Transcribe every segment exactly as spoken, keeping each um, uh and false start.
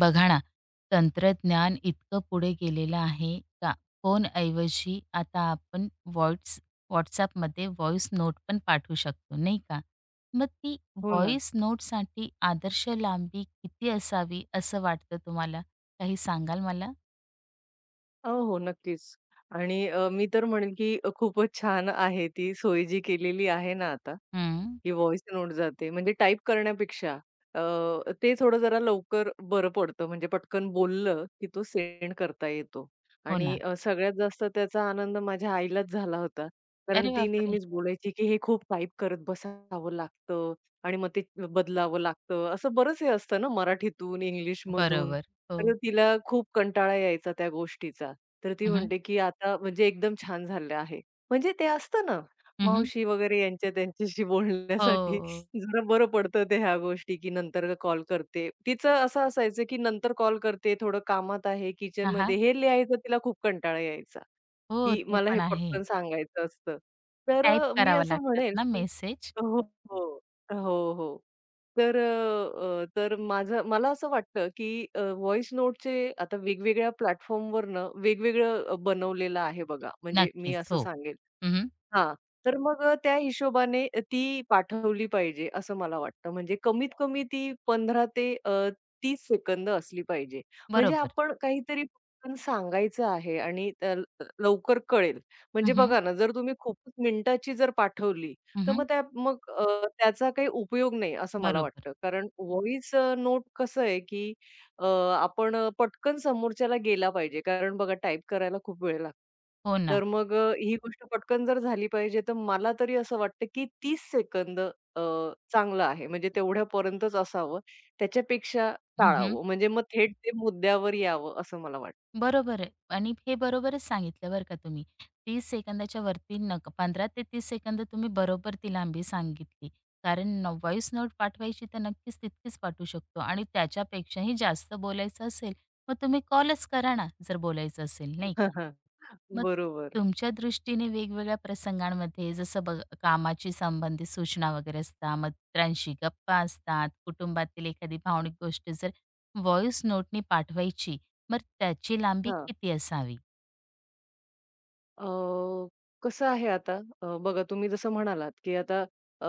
बघा ना, तंत्रज्ञान इतकं पुढे गेलेलं आहे का फोनऐवजी आता आपण व्हॉट्स WhatsAppमध्ये व्हॉईस नोट पण पाठवू शकतो, नाही का? मग ती हो ना. व्हॉईस नोटसाठी आदर्श लांबी किती असावी असं वाटतं तुम्हाला? काही सांगाल मला? हो, हो. नक्कीच. आणि अ, मी तर म्हणेन, की अ, खूपच छान आहे ती सोय जी केलेली आहे ना आता, हं, की व्हॉइस नोट जाते. म्हणजे टाइप करण्यापेक्षा अ, ते थोडं जरा लवकर बरं पडतं. म्हणजे पटकन बोललं, की तो सेंड करता येतो. हो आणि ना. अ, सगळ्यात जास्त त्याचा आनंद माझ्या आईलाच झाला होता. कारण अरे ती बापरे! नेहमीच बोलायची, की हे खूप टाइप करत बसावं लागतं आणि मग ते बदलावं लागतं. असं बरंच हे असतं ना मराठीतून, इंग्लिशमधून. बरोबर. हो. तर तिला खूप कंटाळा यायचा त्या गोष्टीचा. तर ती हं, हं. म्हणते, की आता म्हणजे एकदम छान झालं आहे. म्हणजे ते असतं ना, मावशी वगैरे यांच्या त्यांच्याशी बोलण्यासाठी हो. जरा बरं पडतं ते ह्या गोष्टी, की नंतर कॉल करते. तिचं असं असायचं, की नंतर कॉल करते, थोडं कामात आहे, हां, किचनमध्ये हां. हे लिहायचं तिला खूप कंटाळा यायचा, हो, की ते मला हे पण आहे. पटकन सांगायचं असतं. ते तर अ, टाइप मी असं लागतात म्हणेल, ना की मेसेज? हो, हो. हो, हो. तर अ, अ, तर माझं मला असं वाटतं, की अ, व्हॉईस नोटचे आता वेगवेगळ्या प्लॅटफॉर्मवरनं वेगवेगळं अ, बनवलेलं आहे बघा. म्हणजे मी नक्कीच. असं हो. सांगेल. हं, हां. तर मग अ, त्या हिशोबाने अ, ती पाठवली पाहिजे असं मला वाटतं. म्हणजे कमीत कमी ती पंधरा ते अ, तीस सेकंद असली पाहिजे. म्हणजे बरोबर. आपण काहीतरी पटकन सांगायचं आहे आणि त्या ल लवकर कळेल. म्हणजे बघा ना, जर तुम्ही खूपच मिनिटाची जर पाठवली, हं, तर मग हं. त्या मग अ, त्याचा काही उपयोग नाही असं मला बरोबर. वाटतं. कारण व्हॉईस नोट कसं आहे की अ, आपण अ, पटकन समोरच्याला गेला पाहिजे. कारण बघा टाइप करायला खूप वेळ लागतो. हो ना. तर मग अ, ही गोष्ट पटकन जर झाली पाहिजे, तर मला तरी असं वाटतं, की तीस सेकंद अ, चांगलं आहे. म्हणजे तेवढ्यापर्यंतच असावं. त्याच्यापेक्षा हं, टाळावं. म्हणजे मग थेट ते मुद्द्यावर यावं असं मला वाटतं. बरोबर आहे आणि हे बरोबरच सांगितलं बरं का तुम्ही. तीस सेकंदाच्या वरती नका पंधरा ते तीस सेकंद तुम्ही बरोबर ती लांबी सांगितली. कारण न नोट पाठवायची तर नक्कीच तितकीच पाठवू शकतो आणि त्याच्यापेक्षाही जास्त बोलायचं असेल, मग तुम्ही कॉलच करा ना, जर बोलायचं असेल, नाही का? मग बरोबर. तुमच्या दृष्टीने वेगवेगळ्या प्रसंगांमध्ये जसं बघ कामाची संबंधित सूचना वगैरे असतात, मित्रांशी गप्पा असतात, कुटुंबातील एखादी भावनिक गोष्ट जर व्हॉईस नोटनी पाठवायची, मग त्याची लांबी हां. किती असावी? अ, कसं आहे आता अ, बघा तुम्ही जसं म्हणालात, की आता अ,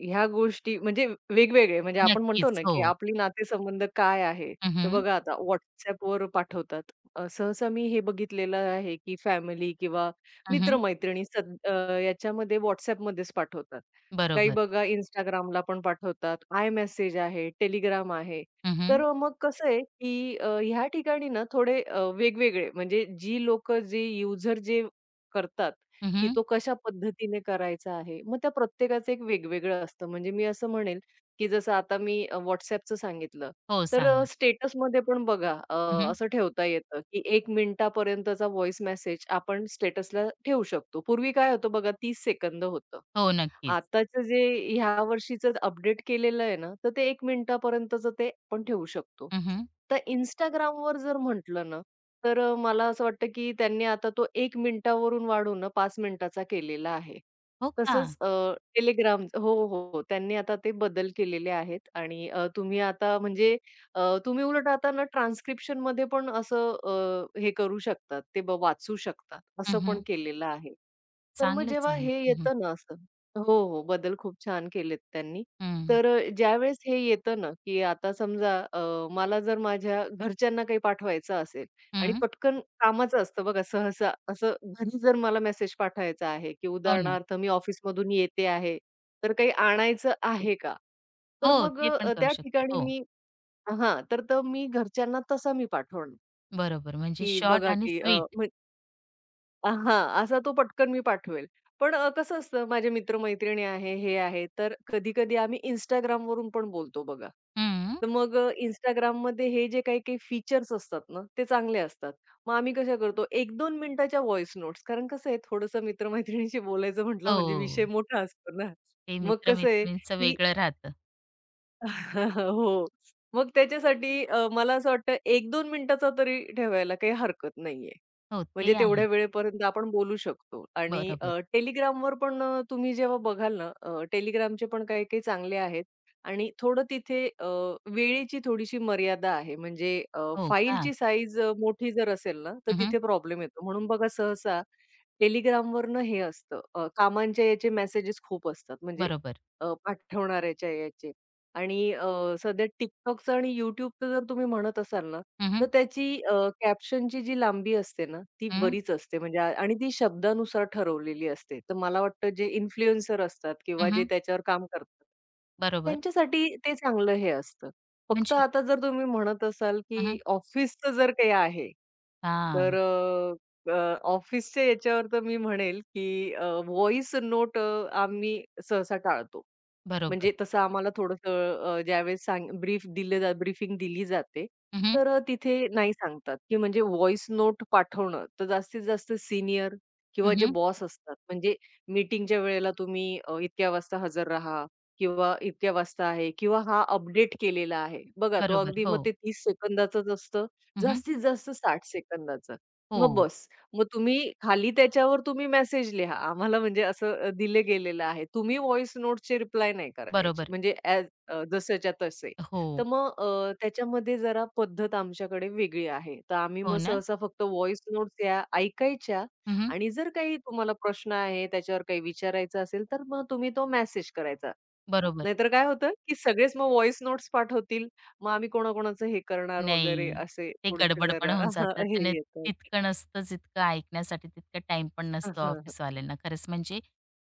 ह्या गोष्टी म्हणजे वेगवेगळे म्हणजे आपण म्हणतो ना, नक्कीच. हो. की आपली नातेसंबंध काय आहे? हं, तर हं. बघा आता WhatsAppवर पाठवतात. अ, सहसा मी हे बघितलेलं आहे, की फॅमिली किंवा मित्र-मैत्रिणी सद अ, याच्यामध्ये WhatsAppमध्येच पाठवतात. काही बरोबर. बघा Instagramला पण पाठवतात. iMessage आहे, Telegram आहे. हं, तर हं. अ, मग कसं आहे, की अ, ह्या ठिकाणी ना थोडे अ, वेगवेगळे म्हणजे जी लोकं जे युजर जे करतात, की तो कशा पद्धतीने करायचा आहे. मग त्या प्रत्येकाचं एक वेगवेगळं असतं. म्हणजे मी असं म्हणेल, की जसं आता मी अ, WhatsAppचं सांगितलं. हो, तर अ, सांगा. स्टेटसमध्ये पण बघा अ, हं, असं ठेवता येतं, की एक मिनिटापर्यंतचा व्हॉईस मेसेज आपण स्टेटसला ठेवू शकतो. पूर्वी काय होतं बघा तीस सेकंद होतं. हो, नक्कीच. आताचं जे ह्या वर्षीचं अपडेट केलेलं आहे ना, तर ते एक मिनिटापर्यंतचं ते आपण ठेवू शकतो. हं, तर Instagramवर जर म्हटलं ना, तर अ, मला असं वाटतं की त्यांनी आता तो एक मिनिटावरून वाढवून ना पाच मिनिटाचा केलेला आहे. हो का? तसंच अ, Telegram हो, हो. हो, त्यांनी आता ते बदल केलेले आहेत आणि अ, तुम्ही आता म्हणजे अ, तुम्ही उलट आता ना ट्रान्स्क्रिप्शनमध्ये पण असं अ, हे करू शकतात, ते ब वाचू शकतात, हं, असं पण हं. केलेलं आहे. तर मग चांगलंच जेव्हा आहे मग. हे हं, हं. येतं ना असं हो, हो. बदल खूप छान केलेत त्यांनी. हं. तर अ, ज्यावेळेस हे येतं ना, की आता समजा अ, मला जर माझ्या घरच्यांना काही पाठवायचं असेल आणि पटकन कामाचं असतं बघा सहसा, असं घरी जर मला मेसेज पाठवायचा आहे, की हो ना. उदाहरणार्थ मी ऑफिसमधून येते आहे, तर काही आणायचं आहे का? तर हो, मग ते पण अ, करू त्या शकतो. ठिकाणी हो, मी हां, तर, तर मी घरच्यांना तसा मी पाठवणार, बरोबर. म्हणजे की शॉर्ट बघा आणि की अ, स्वीट. म्हणजे अ, हां, असा तो पटकन मी पाठवेल. पण अ, कसं असतं माझे मित्र-मैत्रिणी आहे, हे आहे, तर कधी-कधी आम्ही Instagramवरून पण बोलतो बघा. हं. तर मग अ, Instagramमध्ये हे जे काही-काही फीचर्स असतात ना, ते चांगले असतात. मग आम्ही कशा करतो एक दोन मिनिटाच्या व्हॉईस नोट्स कारण कसं आहे थोडंसं मित्र बोलायचं म्हटलं म्हणजे हो. विषय मोठा असतो ना. ते मग कसं आहे मित्र-मैत्रिणींचं की वेगळं राहतं. हो. मग त्याच्यासाठी अ, मला असं वाटतं एक ते दोन मिनिटाचा तरी ठेवायला काही हरकत नाहीये. हो, ते म्हणजे आहे. तेवढ्या वेळेपर्यंत आपण बोलू शकतो आणि अ, बरोबर. Telegramवर पण अ, तुम्ही जेव्हा बघाल ना, अ, Telegramचे पण काही-काही चांगले आहेत आणि थोडं तिथे अ, वेळेची थोडीशी मर्यादा आहे. म्हणजे अ, हो का? फाईलची साईज अ, मोठी जर असेल ना, तर हं, तिथे प्रॉब्लेम येतो. म्हणून बघा सहसा Telegramवरनं हे असतं अ, कामांच्या याचे मेसेजेस खूप असतात. म्हणजे बरोबर. अ, पाठवणाऱ्याच्या याचे आणि अ, सध्या TikTokचं आणि YouTubeचं जर तुम्ही म्हणत असाल ना हं, तर हं. त्याची अ, कॅप्शनची जी लांबी असते ना, ती हं. बरीच असते म्हणजे आ- आणि ती शब्दानुसार ठरवलेली असते. तर मला वाटतं जे इन्फ्लुएन्सर असतात किंवा जे त्याच्यावर काम करतात, बरोबर. त्यांच्यासाठी ते चांगलं हे असतं. फक्त म्हणजे आता जर तुम्ही म्हणत असाल, हं, की हं. ऑफिसचं जर काही आहे, तर ऑफिसच्या याच्यावर तर मी म्हणेल, की अ, नोट आम्ही सहसा टाळतो. म्हणजे बरोबर. तसं आम्हाला थोडंसं अ, ज्यावेळेस सांग ब्रीफ दिले जा ब्रीफिंग दिली जाते, हं, हं. तर अ, तिथे नाही सांगतात, की म्हणजे व्हॉइस नोट पाठवणं, तर जास्तीत जास्त सीनियर किंवा जे बॉस असतात, म्हणजे मीटिंगच्या वेळेला तुम्ही अ, इतक्या वाजता हजर राहा किंवा इतक्या वाजता आहे किंवा हा अपडेट केलेला आहे. बघा तो बरोबर. अगदी मग हो. ते तीस सेकंदाचंच असतं, हं, जास्तीत जास्त साठ सेकंदाचं. मग हो. बस. मग तुम्ही खाली त्याच्यावर तुम्ही मेसेज लिहा. आम्हाला म्हणजे असं अ, दिलं गेलेलं आहे. तुम्ही व्हॉइस नोटचे रिप्लाय नाही करायचे. बरोबर. म्हणजे ॲज जसंच्या तसे. तर हो. मग अ, त्याच्यामध्ये जरा पद्धत आमच्याकडे वेगळी आहे. तर आम्ही मग हो ना? सहसा फक्त व्हॉइस नोट्स या ऐकायच्या हं, आणि जर काही तुम्हाला प्रश्न आहे, त्याच्यावर काही विचारायचं असेल, तर मग तुम्ही तो मेसेज करायचा. बरोबर. नाहीतर काय होतं, की सगळेच मग व्हॉइस नोट्स पाठवतील. मग आम्ही कोणाकोणाचं हे करणार वगैरे नाही. असे ते थोडेसे गडबड पण जरा होऊन जातात हे आणि येतात. तितकं नसतं जितकं ऐकण्यासाठी तितकं टाइम पण नसतो ऑफिसवाल्यांना. खरंच म्हणजे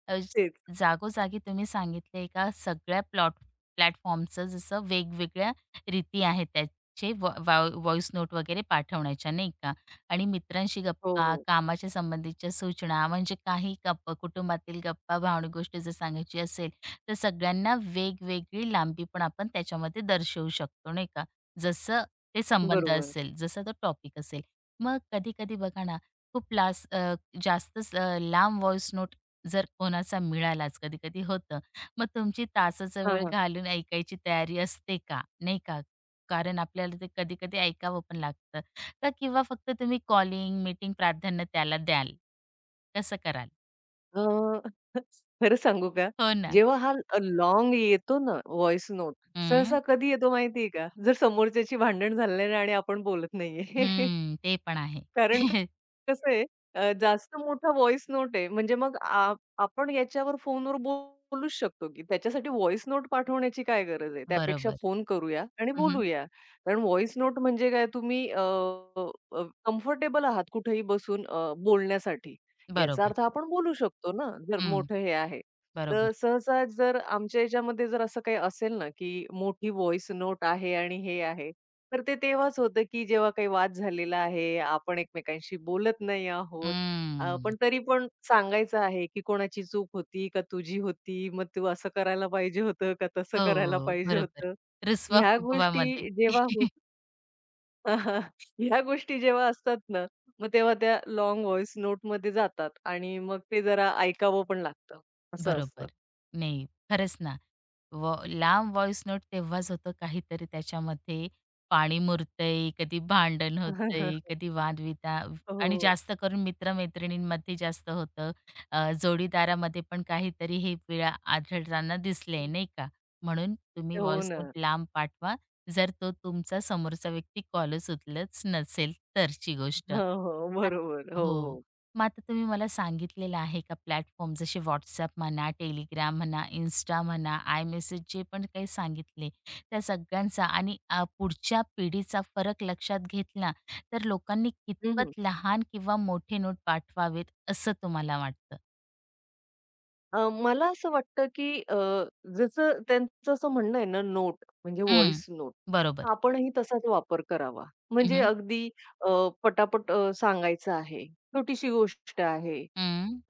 अ, तेच. जागोजागी तुम्ही सांगितलंय का सगळ्या प्लॉट प्लॅटफॉर्मचं जसं वेगवेगळ्या रीती आहेत त्याचे व्ह वाव व्हॉईस नोट वगैरे पाठवण्याच्या नाही का? आणि मित्रांशी हो, गप्पा, हो. कामाच्या संबंधीच्या सूचना म्हणजे काही गप्पा कुटुंबातील गप्पा, भावनिक गोष्ट जर सांगायची असेल, तर सगळ्यांना वेगवेगळी लांबी पण आपण त्याच्यामध्ये दर्शवू शकतो नाही का? जसं ते संबंध बरोबर. असेल, जसा तो टॉपिक असेल. मग कधी-कधी बघा ना, खूप लास अ, जास्तच अ, लांब व्हॉईस नोट जर कोणाचा मिळालाच कधी-कधी होतं. मग तुमची तासाचा हां, वेळ हां. घालून ऐकायची तयारी असते का? नाही का? कारण आपल्याला ते कधी-कधी ऐकावं पण लागतं का किंवा फक्त तुम्ही कॉलिंग, मीटिंग प्राधान्य त्याला द्याल? कसं कराल? अ, खरं सांगू का? हो ना. जेव्हा हा अ, लाँग येतो ना व्हॉइस नोट, हं, सहसा कधी येतो माहिती आहे का? जर समोरच्याची भांडण झालेलं आहे आणि आपण बोलत नाहीये. हं. ते पण आहे. कारण क- कसं आहे अ, जास्त मोठा व्हॉइस नोट आहे. म्हणजे मग आ आपण याच्यावर फोनवर बोलूच शकतो, की त्याच्यासाठी व्हॉइस नोट पाठवण्याची काय गरज आहे? त्यापेक्षा बरोबर. फोन करूया आणि हं, बोलूया. कारण व्हॉइस नोट म्हणजे काय तुम्ही कम्फर्टेबल आहात कुठेही बसून अ, बोलण्यासाठी. याचा बरोबर. अर्थ आपण बोलू शकतो ना, जर हं, मोठं हे आहे. बरोबर. तर सहसा जर आमच्या याच्यामध्ये जर असं काही असेल ना, की मोठी व्हॉइस नोट आहे आणि हे आहे, तर ते तेव्हाच होतं, की जेव्हा काही वाद झालेला आहे, आपण एकमेकांशी बोलत नाही आहोत. अ, पण हं. तरी पण सांगायचं आहे, की कोणाची चूक होती का तुझी होती? मग तू असं करायला पाहिजे होतं का तसं करायला हो, पाहिजे बरोबर. होतं? ह्या रुसवा-फुगवामध्ये. गोष्टी जेव्हा होत ह्या गोष्टी जेव्हा असतात ना, मग तेव्हा त्या लाँग व्हॉईस नोटमध्ये जातात आणि मग ते जरा ऐकावं पण लागतं. असं असतं. बरोबर. नाही, खरंच ना. व लांब व्हॉईस नोट तेव्हाच होतो काहीतरी त्याच्यामध्ये पाणी मुरतंय, कधी भांडण होतंय, कधी वादविता आणि हो. जास्त करून मित्र-मैत्रिणींमध्ये जास्त होतं. अ, जोडीदारामध्ये पण काहीतरी हे पीळा आढळताना दिसले, नाही का? म्हणून तुम्ही हो व्हॉईस ना. नोट लांब पाठवा, जर तो तुमचा समोरचा व्यक्ती कॉलच उचलत नसेल तरची गोष्ट. हो, हो. आत बरोबर. हो, हो. हो. मग आता तुम्ही मला सांगितलेलं आहे का प्लॅटफॉर्म जसे WhatsApp म्हणा, Telegram म्हणा, Insta म्हणा, मेसेज़ जे पण काही सांगितले, त्या सगळ्यांचा आणि अ, पुढच्या पिढीचा फरक लक्षात घेतला, तर लोकांनी कितपत लहान किंवा मोठे नोट पाठवावेत असं तुम्हाला वाटतं? अ, मला असं वाटतं, की अ, जसं त्यांचं असं म्हणणं आहे ना, नोट म्हणजे हं, व्हॉईस नोट. बरोबर. आपणही तसाच वापर करावा. हं, म्हणजे हं. अगदी अ, पटापट अ, सांगायचं आहे. छोटीशी गोष्ट आहे.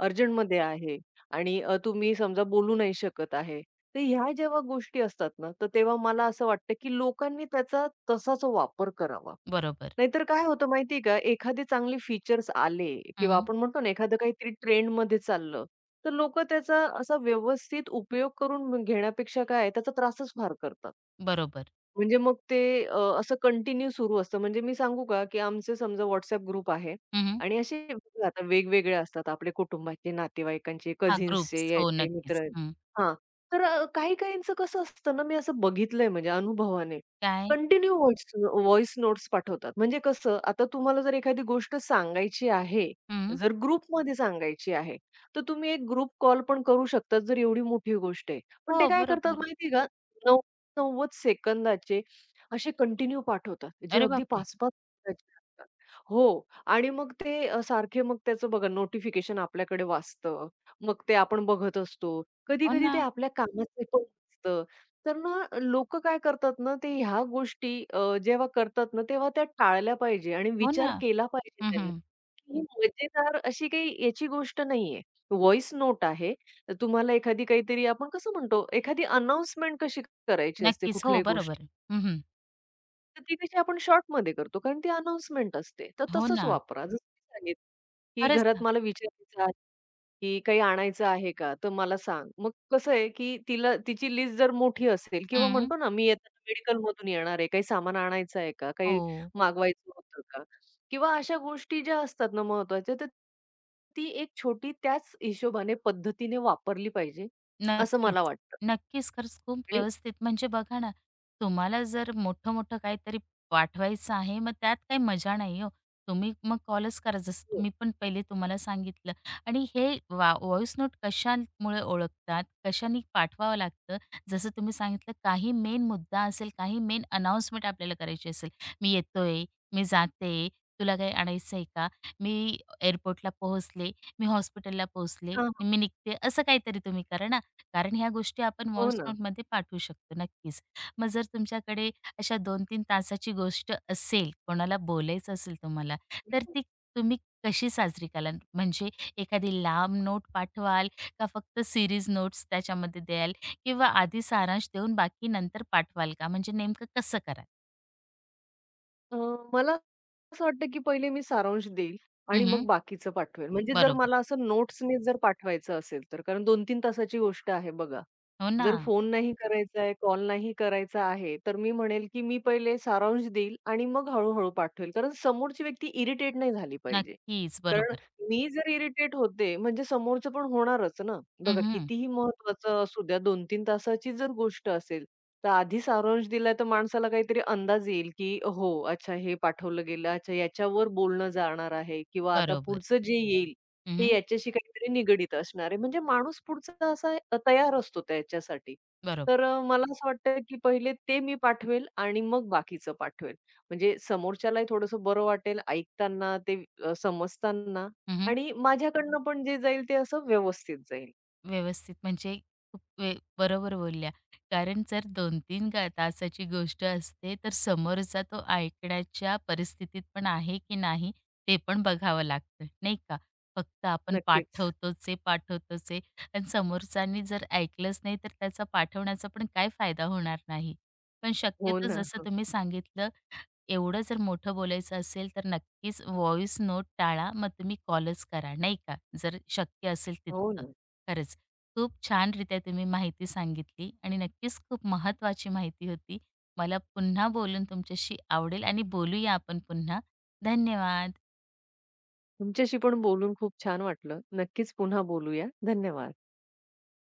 अर्जंटमध्ये आहे आणि अ, तुम्ही समजा बोलू नाही शकत आहे. तर ह्या जेव्हा गोष्टी असतात ना, तर तेव्हा मला असं वाटतं, की लोकांनी त्याचा तसाच वापर करावा. बरोबर. नाहीतर काय होतं माहिती का, एखादे चांगले फीचर्स आले किंवा हं, आपण म्हणतो ना, एखादं काहीतरी ट्रेंडमध्ये चाललं, तर लोकं त्याचा असा व्यवस्थित उपयोग करून घेण्यापेक्षा काय त्याचा त्रासच फार करतात. बरोबर. म्हणजे मग ते अ, असं कंटिन्यू सुरू असतं. म्हणजे मी सांगू का, की आमचे समजा WhatsApp ग्रुप आहे हं, हं. आणि असे बघा आता वेगवेगळे असतात आपले कुटुंबाचे, नातेवाईकांचे, कझिन्सचे, ग्रुप्स. हो, याचे, नक्कीच. मित्र हं. हां. तर अ, काही-काहींचं कसं असतं ना, मी असं बघितलंय म्हणजे अनुभवाने, काय? कंटिन्यू व्हॉइस व्हॉइस नोट्स पाठवतात. म्हणजे कसं, आता तुम्हाला जर एखादी गोष्ट सांगायची आहे, हं. जर ग्रुपमध्ये सांगायची आहे, तर तुम्ही एक ग्रुप कॉल पण करू शकतात, जर एवढी मोठी गोष्ट आहे. पण ते हो, काय करतात बरोबर. माहिती आहे का? नव्वद सेकंदाचे असे कंटिन्यू पाठवतात, जे अरे अगदी बापरे! पाच पाच मिनिटाचे असतात. हो आणि मग ते अ, सारखे मग त्याचं बघा नोटिफिकेशन आपल्याकडे वाजतं. मग ते आपण बघत असतो. हो कधी-कधी ते ना, आपल्या कामाचं पण असतं. तर ना लोकं काय करतात ना, ते ह्या गोष्टी अ, जेव्हा करतात ना, तेव्हा त्या टाळल्या पाहिजे आणि हो ना. विचार केला पाहिजे हं, त्यांनी. हं. ही मजेदार अशी काही याची गोष्ट नाहीये. व्हॉईस नोट आहे. तुम्हाला एखादी काहीतरी आपण कसं म्हणतो, एखादी अनाउन्समेंट कशी करायची असते नक्कीच. हो, कुठल्याही बरोबर गोष्टी. आहे. हं, तर ती कशी आपण शॉर्टमध्ये करतो कारण ती अनाउन्समेंट असते. तर हो तसंच ना. वापरा. जसं मी सांगितलं, की खरंच घरात ना. मला विचारायचं आहे, की काही आणायचं आहे का? तर मला सांग. मग कसं आहे, की तिला तिची लिस्ट जर मोठी असेल किंवा हं. म्हणतो ना, मी येताना मेडिकलमधून येणार आहे, काही सामान आणायचं आहे का? काही हो. मागवायचं होतं का? किंवा अशा गोष्टी ज्या असतात ना महत्त्वाच्या, तर ती एक छोटी त्याच हिशोबाने पद्धतीने वापरली पाहिजे, असं नक्कीच. मला वाटतं. नक्कीच, खरंच खूप आणि व्यवस्थित. म्हणजे बघा ना, तुम्हाला जर मोठं-मोठं काहीतरी पाठवायचं आहे, मग त्यात काही मजा नाही हो. तुम्ही मग कॉलच करा, जसं हो. मी पण पहिले तुम्हाला सांगितलं. आणि हे वा व्हॉईस नोट कशामुळे ओळखतात, कशाने पाठवावं लागतं, जसं तुम्ही सांगितलं काही मेन मुद्दा असेल, काही मेन अनाउन्समेंट आपल्याला करायची असेल. "मी येतोय, मी जाते, तुला काही आणायचं आहे का? मी एअरपोर्टला पोहोचले, मी हॉस्पिटलला पोहोचले, हां, हां. मी निघते." असं काहीतरी तुम्ही करा ना. कारण ह्या गोष्टी आपण हो व्हॉइस ना. नोटमध्ये पाठवू शकतो नक्कीच. मग जर तुमच्याकडे अशा दोन-तीन तासाची गोष्ट असेल, कोणाला बोलायचं असेल तुम्हाला, तर ती तुम्ही कशी साजरी कराल? म्हणजे एखादी लांब नोट पाठवाल का फक्त सीरीज नोट्स त्याच्यामध्ये द्याल किंवा आधी सारांश देऊन बाकी नंतर पाठवाल का? म्हणजे नेमकं कसं कराल? अ, मला असं वाटतं, की पहिले मी सारांश देईल आणि मग हं, बाकीचं पाठवेल. म्हणजे जर बरोबर. मला असं नोट्सनी जर पाठवायचं असेल तर. कारण दोन ते तीन तासाची गोष्ट आहे बघा. हो ना. जर फोन नाही करायचा आहे, कॉल नाही करायचा आहे, तर मी म्हणेल, की मी पहिले सारांश देईल आणि मग हळू पाठवेल. कारण समोरची व्यक्ती इरिटेट नाही झाली पाहिजे. नक्कीच. कारण बरोबर. मी जर इरिटेट होते, म्हणजे समोरचं पण होणारच ना. बघा हं, कितीही महत्त्वाचं असू द्या, दोन ते तीन तासाची जर गोष्ट असेल, तर आधी सारांश दिला तर माणसाला काहीतरी अंदाज येईल, की हो, अच्छा हे पाठवलं गेलं, अच्छा याच्यावर बोलणं जाणार आहे किंवा आता बरोबर. पुढचं जे येईल, ते हं, याच्याशी काहीतरी निगडीत असणार आहे. म्हणजे माणूस पुढचा असा अ, तयार असतो त्याच्यासाठी. बरोबर. तर अ, मला असं वाटतं, की पहिले ते मी पाठवेल आणि मग बाकीचं पाठवेल. म्हणजे समोरच्यालाही थोडंसं बरं वाटेल ऐकताना, ते अ, समजताना हं, आणि माझ्याकडनं पण जे जाईल ते असं व्यवस्थित जाईल. व्यवस्थित म्हणजे खूप वे बरोबर बोलल्या. कारण जर दोन-तीन गा तासाची गोष्ट असते, तर समोरचा तो ऐकण्याच्या परिस्थितीत पण आहे की नाही, ते पण बघावं लागतं, नाही का? फक्त आपण नक्कीच. पाठवतोच आहे, पाठवतोच आहे आणि समोरच्यानी जर ऐकलंच नाही, तर त्याचा पाठवण्याचा पण काय फायदा होणार नाही. पण हो शक्यतो ना. जसं हो. तुम्ही सांगितलं, एवढं जर मोठं बोलायचं असेल, तर नक्कीच व्हॉईस नोट टाळा. मग तुम्ही कॉलच करा, नाही का? जर शक्य असेल हो तितकं. ना. खरंच खूप छानरित्या तुम्ही माहिती सांगितली आणि नक्कीच खूप महत्त्वाची माहिती होती. मला पुन्हा बोलून तुमच्याशी आवडेल आणि बोलूया आपण पुन्हा. धन्यवाद. तुमच्याशी पण बोलून खूप छान वाटलं. नक्कीच पुन्हा बोलूया. धन्यवाद.